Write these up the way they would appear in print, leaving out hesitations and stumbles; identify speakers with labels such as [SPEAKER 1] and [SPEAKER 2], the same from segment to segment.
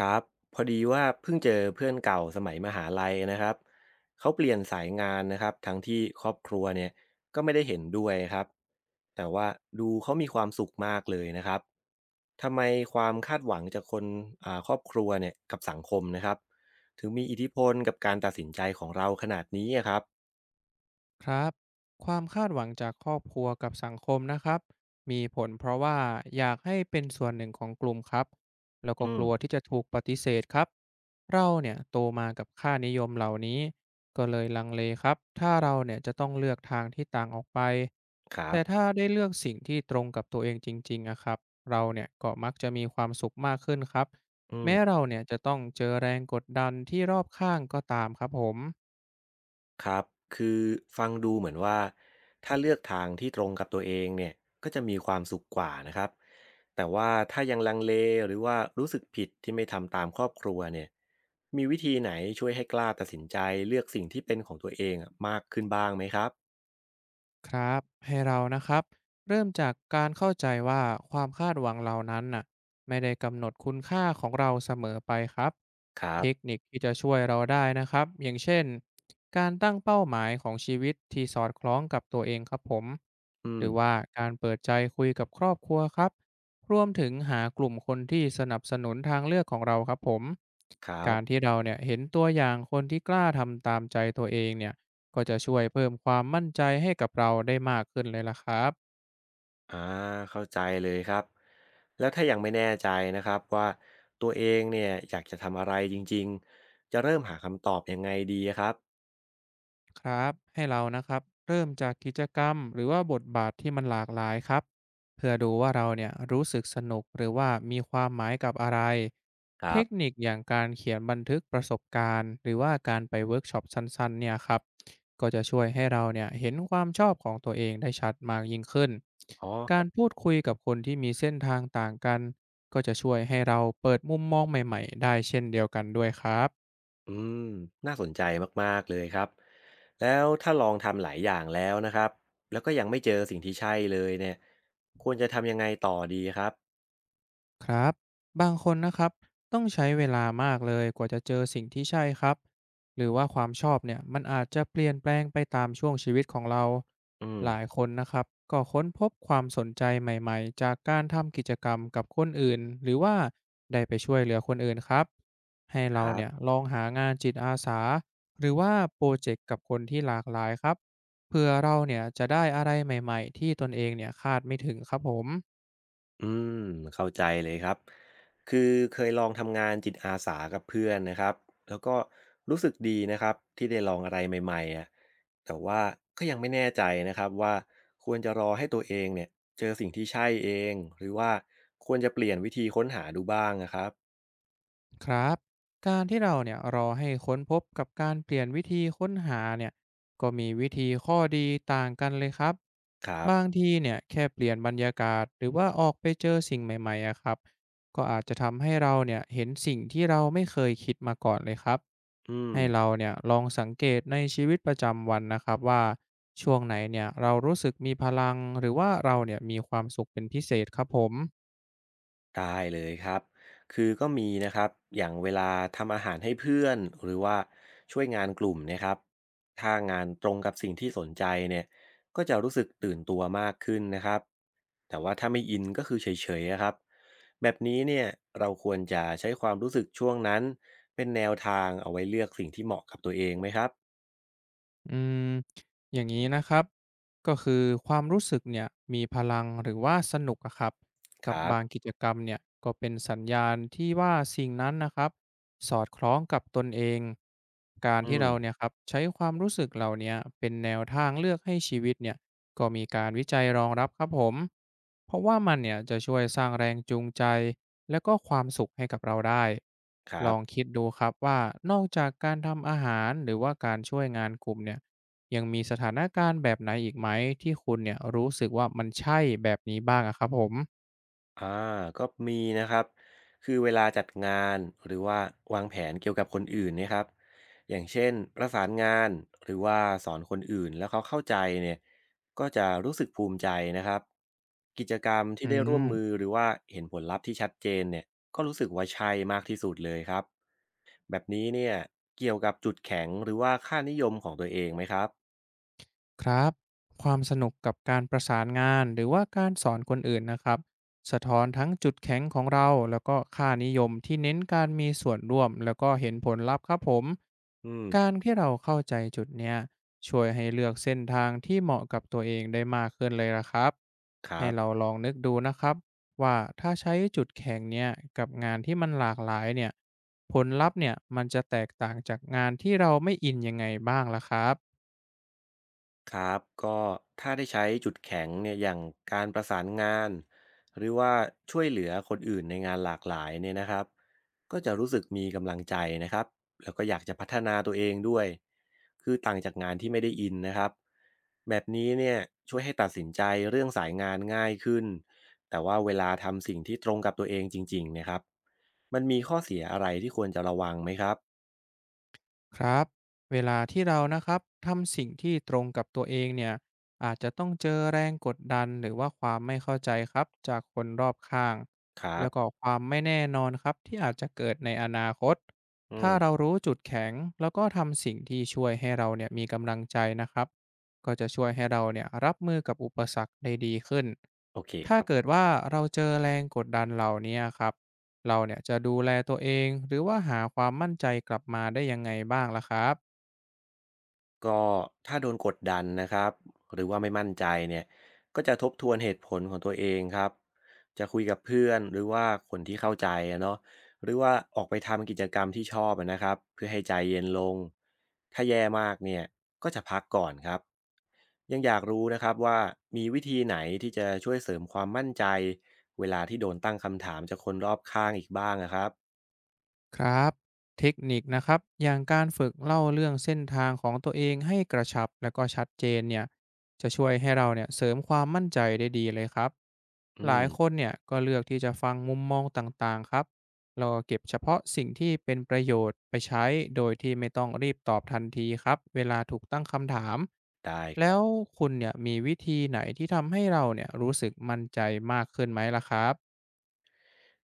[SPEAKER 1] ครับพอดีว่าเพิ่งเจอเพื่อนเก่าสมัยมหาลัยนะครับเขาเปลี่ยนสายงานนะครับทั้งที่ครอบครัวเนี่ยก็ไม่ได้เห็นด้วยครับแต่ว่าดูเขามีความสุขมากเลยนะครับทำไมความคาดหวังจากคนครอบครัวเนี่ยกับสังคมนะครับถึงมีอิทธิพลกับการตัดสินใจของเราขนาดนี้อะครับ
[SPEAKER 2] ครับความคาดหวังจากครอบครัวกับสังคมนะครับมีผลเพราะว่าอยากให้เป็นส่วนหนึ่งของกลุ่มครับแล้วก็
[SPEAKER 1] อื
[SPEAKER 2] กลัว
[SPEAKER 1] ม
[SPEAKER 2] ที่จะถูกปฏิเสธครับเราเนี่ยโตมากับค่านิยมเหล่านี้ก็เลยลังเลครับถ้าเราเนี่ยจะต้องเลือกทางที่ต่างออกไป
[SPEAKER 1] ครั
[SPEAKER 2] แต่
[SPEAKER 1] บ
[SPEAKER 2] ถ้าได้เลือกสิ่งที่ตรงกับตัวเองจริงๆนะครับเราเนี่ยก็มักจะมีความสุขมากขึ้นครับแม้เราเนี่ยจะต้องเจอแรงกดดันที่รอบข้างก็ตามครับผม
[SPEAKER 1] ครับคือฟังดูเหมือนว่าถ้าเลือกทางที่ตรงกับตัวเองเนี่ยก็จะมีความสุขกว่านะครับแต่ว่าถ้ายังลังเลหรือว่ารู้สึกผิดที่ไม่ทำตามครอบครัวเนี่ยมีวิธีไหนช่วยให้กล้าตัดสินใจเลือกสิ่งที่เป็นของตัวเองอะมากขึ้นบ้างไหมครับ
[SPEAKER 2] ครับให้เรานะครับเริ่มจากการเข้าใจว่าความคาดหวังเหล่านั้นน่ะไม่ได้กำหนดคุณค่าของเราเสมอไปครับ
[SPEAKER 1] ครั
[SPEAKER 2] เท
[SPEAKER 1] บ
[SPEAKER 2] คนิคที่จะช่วยเราได้นะครับอย่างเช่นการตั้งเป้าหมายของชีวิตที่สอดคล้องกับตัวเองครับผม
[SPEAKER 1] อื
[SPEAKER 2] ห
[SPEAKER 1] ม
[SPEAKER 2] รือว่าการเปิดใจคุยกับครอบครัวครับรวมถึงหากลุ่มคนที่สนับสนุนทางเลือกของเราครับผม
[SPEAKER 1] ครั
[SPEAKER 2] กา
[SPEAKER 1] บ
[SPEAKER 2] รที่เราเนี่ยเห็นตัวอย่างคนที่กล้าทำตามใจตัวเองเนี่ย ก็จะช่วยเพิ่มความมั่นใจให้กับเราได้มากขึ้นเลยล่ะครับ
[SPEAKER 1] อ่าเข้าใจเลยครับแล้วถ้ายังไม่แน่ใจนะครับว่าตัวเองเนี่ยอยากจะทำอะไรจริงๆจะเริ่มหาคำตอบยังไงดีครับ
[SPEAKER 2] ครับให้เรานะครับเริ่มจากกิจกรรมหรือว่าบทบาทที่มันหลากหลายครับเพื่อดูว่าเราเนี่ยรู้สึกสนุกหรือว่ามีความหมายกับอะไร
[SPEAKER 1] ค
[SPEAKER 2] เท
[SPEAKER 1] รั
[SPEAKER 2] ค
[SPEAKER 1] บ
[SPEAKER 2] นิคอย่างการเขียนบันทึกประสบการณ์หรือว่าการไปเวิร์กช็อปสั้นๆเนี่ยครับก็จะช่วยให้เราเนี่ยเห็นความชอบของตัวเองได้ชัดมากยิ่งขึ้น
[SPEAKER 1] อ๋
[SPEAKER 2] กา
[SPEAKER 1] อ
[SPEAKER 2] รพูดคุยกับคนที่มีเส้นทางต่างกันก็จะช่วยให้เราเปิดมุมมองใหม่ๆได้เช่นเดียวกันด้วยครับ
[SPEAKER 1] อืมน่าสนใจมากๆเลยครับแล้วถ้าลองทำหลายอย่างแล้วนะครับแล้วก็ยังไม่เจอสิ่งที่ใช่เลยเนี่ยควรจะทำยังไงต่อดีครับ
[SPEAKER 2] ครับบางคนนะครับต้องใช้เวลามากเลยกว่าจะเจอสิ่งที่ใช่ครับหรือว่าความชอบเนี่ยมันอาจจะเปลี่ยนแปลงไปตามช่วงชีวิตของเรา
[SPEAKER 1] อื
[SPEAKER 2] หลาย
[SPEAKER 1] ม
[SPEAKER 2] คนนะครับก็ค้นพบความสนใจใหม่ๆจากการทำกิจกรรมกับคนอื่นหรือว่าได้ไปช่วยเหลือคนอื่นครับให้
[SPEAKER 1] ค
[SPEAKER 2] เรา
[SPEAKER 1] รับ
[SPEAKER 2] เนี่ยลองหางานจิตอาสาหรือว่าโปรเจกต์กับคนที่หลากหลายครับเพื่อเราเนี่ยจะได้อะไรใหม่ๆที่ตนเองเนี่ยคาดไม่ถึงครับผม
[SPEAKER 1] อืมเข้าใจเลยครับคือเคยลองทำงานจิตอาสากับเพื่อนนะครับแล้วก็รู้สึกดีนะครับที่ได้ลองอะไรใหม่ๆอ่ะแต่ว่าก็ยังไม่แน่ใจนะครับว่าควรจะรอให้ตัวเองเนี่ยเจอสิ่งที่ใช่เองหรือว่าควรจะเปลี่ยนวิธีค้นหาดูบ้างนะครับ
[SPEAKER 2] ครับการที่เราเนี่ยรอให้ค้นพบกับการเปลี่ยนวิธีค้นหาเนี่ยก็มีวิธีข้อดีต่างกันเลยครับ
[SPEAKER 1] ครับ
[SPEAKER 2] บางทีเนี่ยแค่เปลี่ยนบรรยากาศหรือว่าออกไปเจอสิ่งใหม่ๆอะครับก็อาจจะทำให้เราเนี่ยเห็นสิ่งที่เราไม่เคยคิดมาก่อนเลยครับ
[SPEAKER 1] อืม
[SPEAKER 2] ให้เราเนี่ยลองสังเกตในชีวิตประจำวันนะครับว่าช่วงไหนเนี่ยเรารู้สึกมีพลังหรือว่าเราเนี่ยมีความสุขเป็นพิเศษครับผม
[SPEAKER 1] ได้เลยครับคือก็มีนะครับอย่างเวลาทำอาหารให้เพื่อนหรือว่าช่วยงานกลุ่มเนะครับถ้างานตรงกับสิ่งที่สนใจเนี่ยก็จะรู้สึกตื่นตัวมากขึ้นนะครับแต่ว่าถ้าไม่อินก็คือเฉยๆอะครับแบบนี้เนี่ยเราควรจะใช้ความรู้สึกช่วงนั้นเป็นแนวทางเอาไว้เลือกสิ่งที่เหมาะกับตัวเองไหมครับ
[SPEAKER 2] อืมอย่างนี้นะครับก็คือความรู้สึกเนี่ยมีพลังหรือว่าสนุกอะครับ
[SPEAKER 1] ค
[SPEAKER 2] กับ
[SPEAKER 1] รั
[SPEAKER 2] บาง
[SPEAKER 1] บ
[SPEAKER 2] กิจกรรมเนี่ยก็เป็นสัญญาณที่ว่าสิ่งนั้นนะครับสอดคล้องกับตนเองการ
[SPEAKER 1] อื
[SPEAKER 2] ที่
[SPEAKER 1] ม
[SPEAKER 2] เราเนี่ยครับใช้ความรู้สึกเหล่าเนี้ยเป็นแนวทางเลือกให้ชีวิตเนี่ย ก็มีการวิจัยรองรับครับผมเพราะว่ามันเนี่ยจะช่วยสร้างแรงจูงใจและก็ความสุขให้กับเราได้
[SPEAKER 1] ค
[SPEAKER 2] ล
[SPEAKER 1] รั
[SPEAKER 2] อง
[SPEAKER 1] บ
[SPEAKER 2] คิดดูครับว่านอกจากการทำอาหารหรือว่าการช่วยงานกลุ่มเนี่ยยังมีสถานการณ์แบบไหนอีกไหมที่คุณเนี่ยรู้สึกว่ามันใช่แบบนี้บ้างอะครับผม
[SPEAKER 1] อาก็มีนะครับคือเวลาจัดงานหรือว่าวางแผนเกี่ยวกับคนอื่นเนะครับอย่างเช่นประสานงานหรือว่าสอนคนอื่นแล้วเขาเข้าใจเนี่ยก็จะรู้สึกภูมิใจนะครับกิจกรรม
[SPEAKER 2] อื
[SPEAKER 1] ที่ได้ร่วมมือ
[SPEAKER 2] ม
[SPEAKER 1] หรือว่าเห็นผลลัพธ์ที่ชัดเจนเนี่ยก็รู้สึกว่าใช่มากที่สุดเลยครับแบบนี้เนี่ยเกี่ยวกับจุดแข็งหรือว่าค่านิยมของตัวเองไหมครับ
[SPEAKER 2] ครับความสนุกกับการประสานงานหรือว่าการสอนคนอื่นนะครับสะท้อนทั้งจุดแข็งของเราแล้วก็ค่านิยมที่เน้นการมีส่วนร่วมแล้วก็เห็นผลลัพธ์ครับผม
[SPEAKER 1] อื
[SPEAKER 2] การ
[SPEAKER 1] ม
[SPEAKER 2] ที่เราเข้าใจจุดเนี้ยช่วยให้เลือกเส้นทางที่เหมาะกับตัวเองได้มากขึ้นเลยละครับ
[SPEAKER 1] ค
[SPEAKER 2] ให้
[SPEAKER 1] รับ
[SPEAKER 2] เราลองนึกดูนะครับว่าถ้าใช้จุดแข็งเนี้ยกับงานที่มันหลากหลายเนี่ยผลลัพธ์เนี่ยมันจะแตกต่างจากงานที่เราไม่อินยังไงบ้างล่ะครับ
[SPEAKER 1] ครับก็ถ้าได้ใช้จุดแข็งเนี่ยอย่างการประสานงานหรือว่าช่วยเหลือคนอื่นในงานหลากหลายเนี่ยนะครับก็จะรู้สึกมีกำลังใจนะครับแล้วก็อยากจะพัฒนาตัวเองด้วยคือต่างจากงานที่ไม่ได้อินนะครับแบบนี้เนี่ยช่วยให้ตัดสินใจเรื่องสายงานง่ายขึ้นแต่ว่าเวลาทำสิ่งที่ตรงกับตัวเองจริงๆเนะครับมันมีข้อเสียอะไรที่ควรจะระวังไหมครับ
[SPEAKER 2] ครับเวลาที่เรานะครับทำสิ่งที่ตรงกับตัวเองเนี่ยอาจจะต้องเจอแรงกดดันหรือว่าความไม่เข้าใจครับจากคนรอบข้าง
[SPEAKER 1] ครั
[SPEAKER 2] แล้
[SPEAKER 1] บ
[SPEAKER 2] วก็ความไม่แน่นอนครับที่อาจจะเกิดในอนาคต
[SPEAKER 1] อื
[SPEAKER 2] ถ้าเรา
[SPEAKER 1] ม
[SPEAKER 2] รู้จุดแข็งแล้วก็ทำสิ่งที่ช่วยให้เราเนี่ยมีกำลังใจนะครับก็จะช่วยให้เราเนี่ยรับมือกับอุปสรรคได้ดีขึ้น
[SPEAKER 1] โอเค
[SPEAKER 2] ถ้าเกิดว่าเราเจอแรงกดดันเหล่านี้ครับ เราเนี่ยจะดูแลตัวเองหรือว่าหาความมั่นใจกลับมาได้ยังไงบ้างล่ะครับ
[SPEAKER 1] ก็ถ้าโดนกดดันนะครับหรือว่าไม่มั่นใจเนี่ยก็จะทบทวนเหตุผลของตัวเองครับจะคุยกับเพื่อนหรือว่าคนที่เข้าใจอะเนาะหรือว่าออกไปทำกิจกรรมที่ชอบอะนะครับเพื่อให้ใจเย็นลงถ้าแย่มากเนี่ยก็จะพักก่อนครับยังอยากรู้นะครับว่ามีวิธีไหนที่จะช่วยเสริมความมั่นใจเวลาที่โดนตั้งคำถามจากคนรอบข้างอีกบ้างนะครับ
[SPEAKER 2] ครับเทคนิคนะครับอย่างการฝึกเล่าเรื่องเส้นทางของตัวเองให้กระชับและก็ชัดเจนเนี่ยจะช่วยให้เราเนี่ยเสริมความมั่นใจได้ดีเลยครับ
[SPEAKER 1] อื
[SPEAKER 2] หลาย
[SPEAKER 1] ม
[SPEAKER 2] คนเนี่ยก็เลือกที่จะฟังมุมมองต่างๆครับเราเก็บเฉพาะสิ่งที่เป็นประโยชน์ไปใช้โดยที่ไม่ต้องรีบตอบทันทีครับเวลาถูกตั้งคำถาม
[SPEAKER 1] ได้
[SPEAKER 2] แล้วคุณเนี่ยมีวิธีไหนที่ทำให้เราเนี่ยรู้สึกมั่นใจมากขึ้นไหมล่ะครับ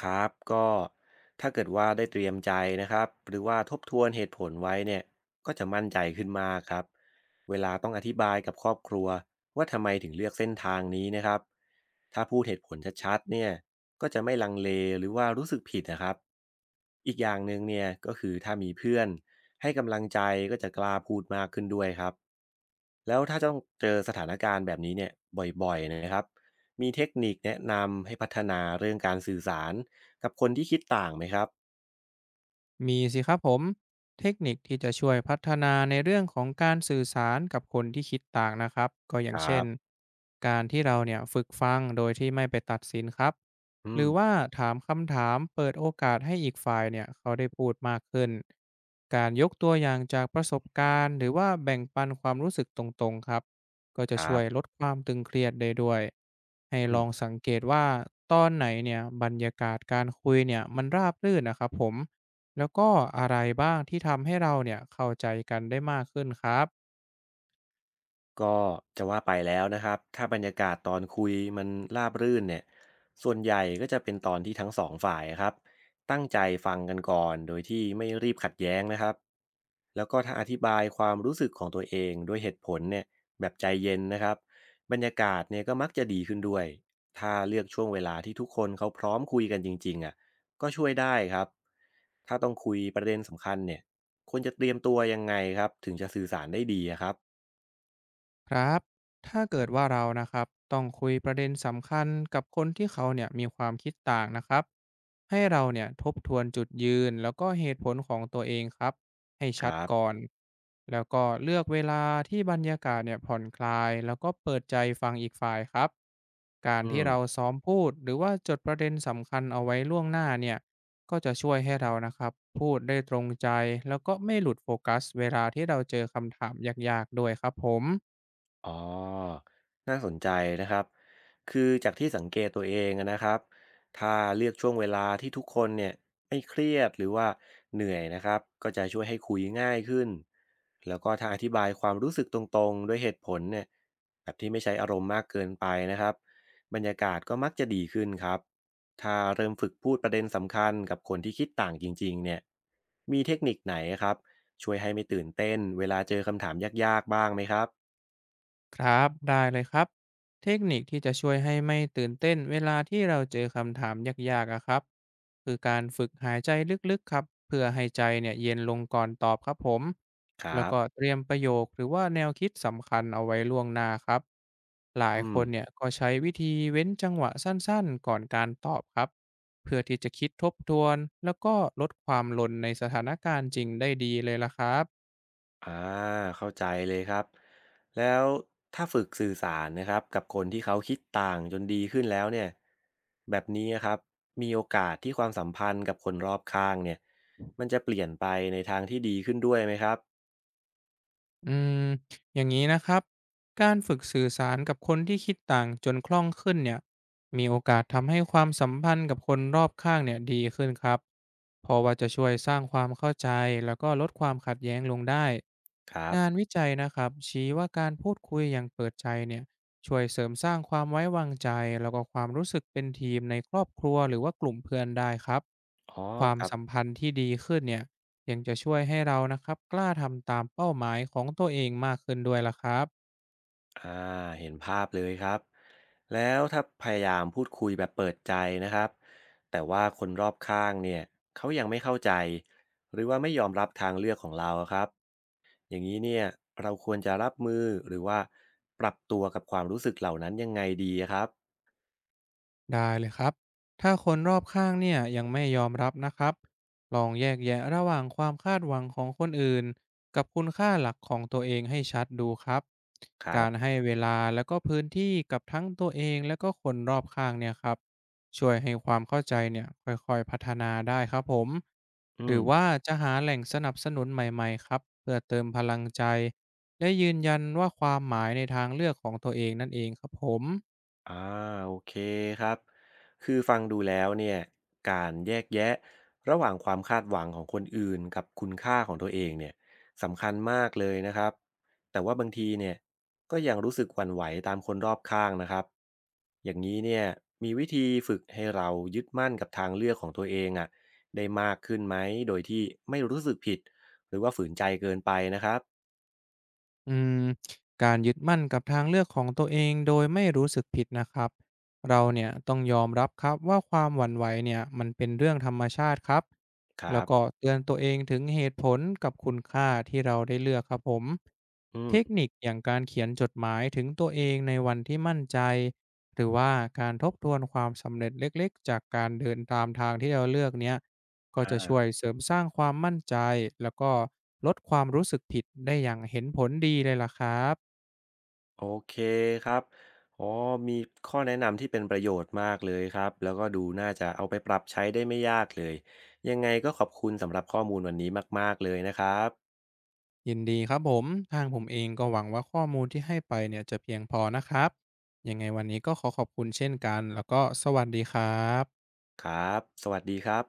[SPEAKER 1] ครับก็ถ้าเกิดว่าได้เตรียมใจนะครับหรือว่าทบทวนเหตุผลไว้เนี่ยก็จะมั่นใจขึ้นมากครับเวลาต้องอธิบายกับครอบครัวว่าทำไมถึงเลือกเส้นทางนี้นะครับถ้าพูดเหตุผลชัดๆเนี่ยก็จะไม่ลังเลหรือว่ารู้สึกผิดนะครับอีกอย่างหนึ่งเนี่ยก็คือถ้ามีเพื่อนให้กำลังใจก็จะกล้าพูดมากขึ้นด้วยครับแล้วถ้าต้องเจอสถานการณ์แบบนี้เนี่ยบ่อยๆนะครับ มีเทคนิคแนะนำให้พัฒนาเรื่องการสื่อสารกับคนที่คิดต่างไหมครับ
[SPEAKER 2] มีสิครับผมเทคนิคที่จะช่วยพัฒนาในเรื่องของการสื่อสารกับคนที่คิดต่างนะครับก็อย่า
[SPEAKER 1] ค
[SPEAKER 2] ง
[SPEAKER 1] รั
[SPEAKER 2] เช่น
[SPEAKER 1] บ
[SPEAKER 2] การที่เราเนี่ยฝึกฟังโดยที่ไม่ไปตัดสินครับ
[SPEAKER 1] อื
[SPEAKER 2] หรือว่า
[SPEAKER 1] ม
[SPEAKER 2] ถามคำถามเปิดโอกาสให้อีกฝ่ายเนี่ยเขาได้พูดมากขึ้นการยกตัวอย่างจากประสบการณ์หรือว่าแบ่งปันความรู้สึกตรงๆครับก็
[SPEAKER 1] ค
[SPEAKER 2] จะ
[SPEAKER 1] รั
[SPEAKER 2] ช่วยล
[SPEAKER 1] บ
[SPEAKER 2] ดความตึงเครียดได้ด้วยให้ล
[SPEAKER 1] อืม
[SPEAKER 2] องสังเกตว่าตอนไหนเนี่ยบรรยากาศการคุยเนี่ยมันราบรื่นนะครับผม แล้วก็อะไรบ้างที่ทำให้เราเนี่ยเข้าใจกันได้มากขึ้นครับ
[SPEAKER 1] ก็จะว่าไปแล้วนะครับถ้าบรรยากาศตอนคุยมันราบรื่นเนี่ยส่วนใหญ่ก็จะเป็นตอนที่ทั้งสองฝ่ายครับตั้งใจฟังกันก่อนโดยที่ไม่รีบขัดแย้งนะครับแล้วก็ถ้าอธิบายความรู้สึกของตัวเองด้วยเหตุผลเนี่ยแบบใจเย็นนะครับบรรยากาศเนี่ยก็มักจะดีขึ้นด้วยถ้าเลือกช่วงเวลาที่ทุกคนเขาพร้อมคุยกันจริงๆอ่ะก็ช่วยได้ครับถ้าต้องคุยประเด็นสำคัญเนี่ยควรจะเตรียมตัวยังไงครับถึงจะสื่อสารได้ดีอะครับ
[SPEAKER 2] ครับถ้าเกิดว่าเรานะครับ ต้องคุยประเด็นสำคัญกับคนที่เขาเนี่ยมีความคิดต่างนะครับให้เราเนี่ยทบทวนจุดยืนแล้วก็เหตุผลของตัวเองครับให้
[SPEAKER 1] ค
[SPEAKER 2] ชัด
[SPEAKER 1] รับ
[SPEAKER 2] ก่อน แล้วก็เลือกเวลาที่บรรยากาศเนี่ยผ่อนคลายแล้วก็เปิดใจฟังอีกฝ่ายครับการ
[SPEAKER 1] อื
[SPEAKER 2] ที่เรา
[SPEAKER 1] ม
[SPEAKER 2] ซ้อมพูดหรือว่าจดประเด็นสำคัญเอาไว้ล่วงหน้าเนี่ย ก็จะช่วยให้เรานะครับพูดได้ตรงใจแล้วก็ไม่หลุดโฟกัสเวลาที่เราเจอคำถามยากๆด้วยครับผม
[SPEAKER 1] อ๋อ น่าสนใจนะครับ คือจากที่สังเกตตัวเองอะนะครับ ถ้าเลือกช่วงเวลาที่ทุกคนเนี่ยไม่เครียดหรือว่าเหนื่อยนะครับ ก็จะช่วยให้คุยง่ายขึ้น แล้วก็ถ้าอธิบายความรู้สึกตรงๆด้วยเหตุผลเนี่ยแบบที่ไม่ใช้อารมณ์มากเกินไปนะครับ บรรยากาศก็มักจะดีขึ้นครับ ถ้าเริ่มฝึกพูดประเด็นสำคัญกับคนที่คิดต่างจริงๆเนี่ยมีเทคนิคไหนครับช่วยให้ไม่ตื่นเต้นเวลาเจอคำถามยากๆบ้างไหมครับ
[SPEAKER 2] ครับได้เลยครับเทคนิคที่จะช่วยให้ไม่ตื่นเต้นเวลาที่เราเจอคำถามยากๆอะครับคือการฝึกหายใจลึกๆครับเพื่อให้ใจเนี่ยเย็นลงก่อนตอบครับผม
[SPEAKER 1] ค
[SPEAKER 2] แล้
[SPEAKER 1] รั
[SPEAKER 2] ว
[SPEAKER 1] บ
[SPEAKER 2] ก็เตรียมประโยคหรือว่าแนวคิดสำคัญเอาไว้ล่วงหน้าครับหลาย
[SPEAKER 1] อื
[SPEAKER 2] ค
[SPEAKER 1] ม
[SPEAKER 2] นเนี่ยก็ใช้วิธีเว้นจังหวะสั้นๆก่อนการตอบครับเพื่อที่จะคิดทบทวนแล้วก็ลดความหล่นในสถานการณ์จริงได้ดีเลยล่ะครับ
[SPEAKER 1] อ่าเข้าใจเลยครับ แล้วถ้าฝึกสื่อสารนะครับกับคนที่เขาคิดต่างจนดีขึ้นแล้วเนี่ย แบบนี้นะครับ มีโอกาสที่ความสัมพันธ์กับคนรอบข้างเนี่ย มันจะเปลี่ยนไปในทางที่ดีขึ้นด้วยไหมครับ
[SPEAKER 2] อืมอย่างนี้นะครับการฝึกสื่อสารกับคนที่คิดต่างจนคล่องขึ้นเนี่ยมีโอกาสทำให้ความสัมพันธ์กับคนรอบข้างเนี่ยดีขึ้นครับเพราะว่าจะช่วยสร้างความเข้าใจแล้วก็ลดความขัดแย้งลงได้
[SPEAKER 1] ครับ
[SPEAKER 2] งานวิจัยนะครับชี้ว่าการพูดคุยอย่างเปิดใจเนี่ยช่วยเสริมสร้างความไว้วางใจแล้วก็ความรู้สึกเป็นทีมในครอบครัวหรือว่ากลุ่มเพื่อนได้ครับ
[SPEAKER 1] อ๋อ
[SPEAKER 2] ความ
[SPEAKER 1] ครับ
[SPEAKER 2] สัมพันธ์ที่ดีขึ้นเนี่ย ยังจะช่วยให้เรานะครับ กล้าทำตามเป้าหมายของตัวเองมากขึ้นด้วยล่ะครับ
[SPEAKER 1] อ่าเห็นภาพเลยครับ แล้วถ้าพยายามพูดคุยแบบเปิดใจนะครับ แต่ว่าคนรอบข้างเนี่ยเขายังไม่เข้าใจหรือว่าไม่ยอมรับทางเลือกของเราอะครับ อย่างนี้เนี่ยเราควรจะรับมือหรือว่าปรับตัวกับความรู้สึกเหล่านั้นยังไงดีครับ
[SPEAKER 2] ได้เลยครับถ้าคนรอบข้างเนี่ยยังไม่ยอมรับนะครับลองแยกแยะระหว่างความคาดหวังของคนอื่นกับคุณค่าหลักของตัวเองให้ชัดดูครับ
[SPEAKER 1] ครั
[SPEAKER 2] การ
[SPEAKER 1] บ
[SPEAKER 2] ให้เวลาแล้วก็พื้นที่กับทั้งตัวเองและก็คนรอบข้างเนี่ยครับช่วยให้ความเข้าใจเนี่ยค่อยๆพัฒนาได้ครับผม
[SPEAKER 1] อื
[SPEAKER 2] หรือว่า
[SPEAKER 1] ม
[SPEAKER 2] จะหาแหล่งสนับสนุนใหม่ๆครับเพื่อเติมพลังใจและยืนยันว่าความหมายในทางเลือกของตัวเองนั่นเองครับผม
[SPEAKER 1] อ่าโอเคครับคือฟังดูแล้วเนี่ยการแยกแยะระหว่างความคาดหวังของคนอื่นกับคุณค่าของตัวเองเนี่ยสำคัญมากเลยนะครับแต่ว่าบางทีเนี่ยก็ยังรู้สึกหวั่นไหวตามคนรอบข้างนะครับอย่างนี้เนี่ยมีวิธีฝึกให้เรายึดมั่นกับทางเลือกของตัวเองอ่ะได้มากขึ้นไหมโดยที่ไม่รู้สึกผิดหรือว่าฝืนใจเกินไปนะครับ
[SPEAKER 2] อืมการยึดมั่นกับทางเลือกของตัวเองโดยไม่รู้สึกผิดนะครับเราเนี่ยต้องยอมรับครับว่าความหวั่นไหวเนี่ยมันเป็นเรื่องธรรมชาติครับ
[SPEAKER 1] ครั
[SPEAKER 2] แล้วก็
[SPEAKER 1] บ
[SPEAKER 2] เตือนตัวเองถึงเหตุผลกับคุณค่าที่เราได้เลือกครับผม
[SPEAKER 1] อื
[SPEAKER 2] เทค
[SPEAKER 1] ม
[SPEAKER 2] นิคอย่างการเขียนจดหมายถึงตัวเองในวันที่มั่นใจหรือว่าการทบทวนความสำเร็จเล็กๆจากการเดินตามทางที่เราเลือกเนี่ย ก็จะช่วยเสริมสร้างความมั่นใจแล้วก็ลดความรู้สึกผิดได้อย่างเห็นผลดีเลยล่ะครับ
[SPEAKER 1] โอเคครับอ๋อมีข้อแนะนำที่เป็นประโยชน์มากเลยครับ แล้วก็ดูน่าจะเอาไปปรับใช้ได้ไม่ยากเลย ยังไงก็ขอบคุณสำหรับข้อมูลวันนี้มากๆเลยนะครับ
[SPEAKER 2] ยินดีครับผมทางผมเองก็หวังว่าข้อมูลที่ให้ไปเนี่ยจะเพียงพอนะครับยังไงวันนี้ก็ขอขอบคุณเช่นกันแล้วก็สวัสดีครับ
[SPEAKER 1] ครับ สวัสดีครับ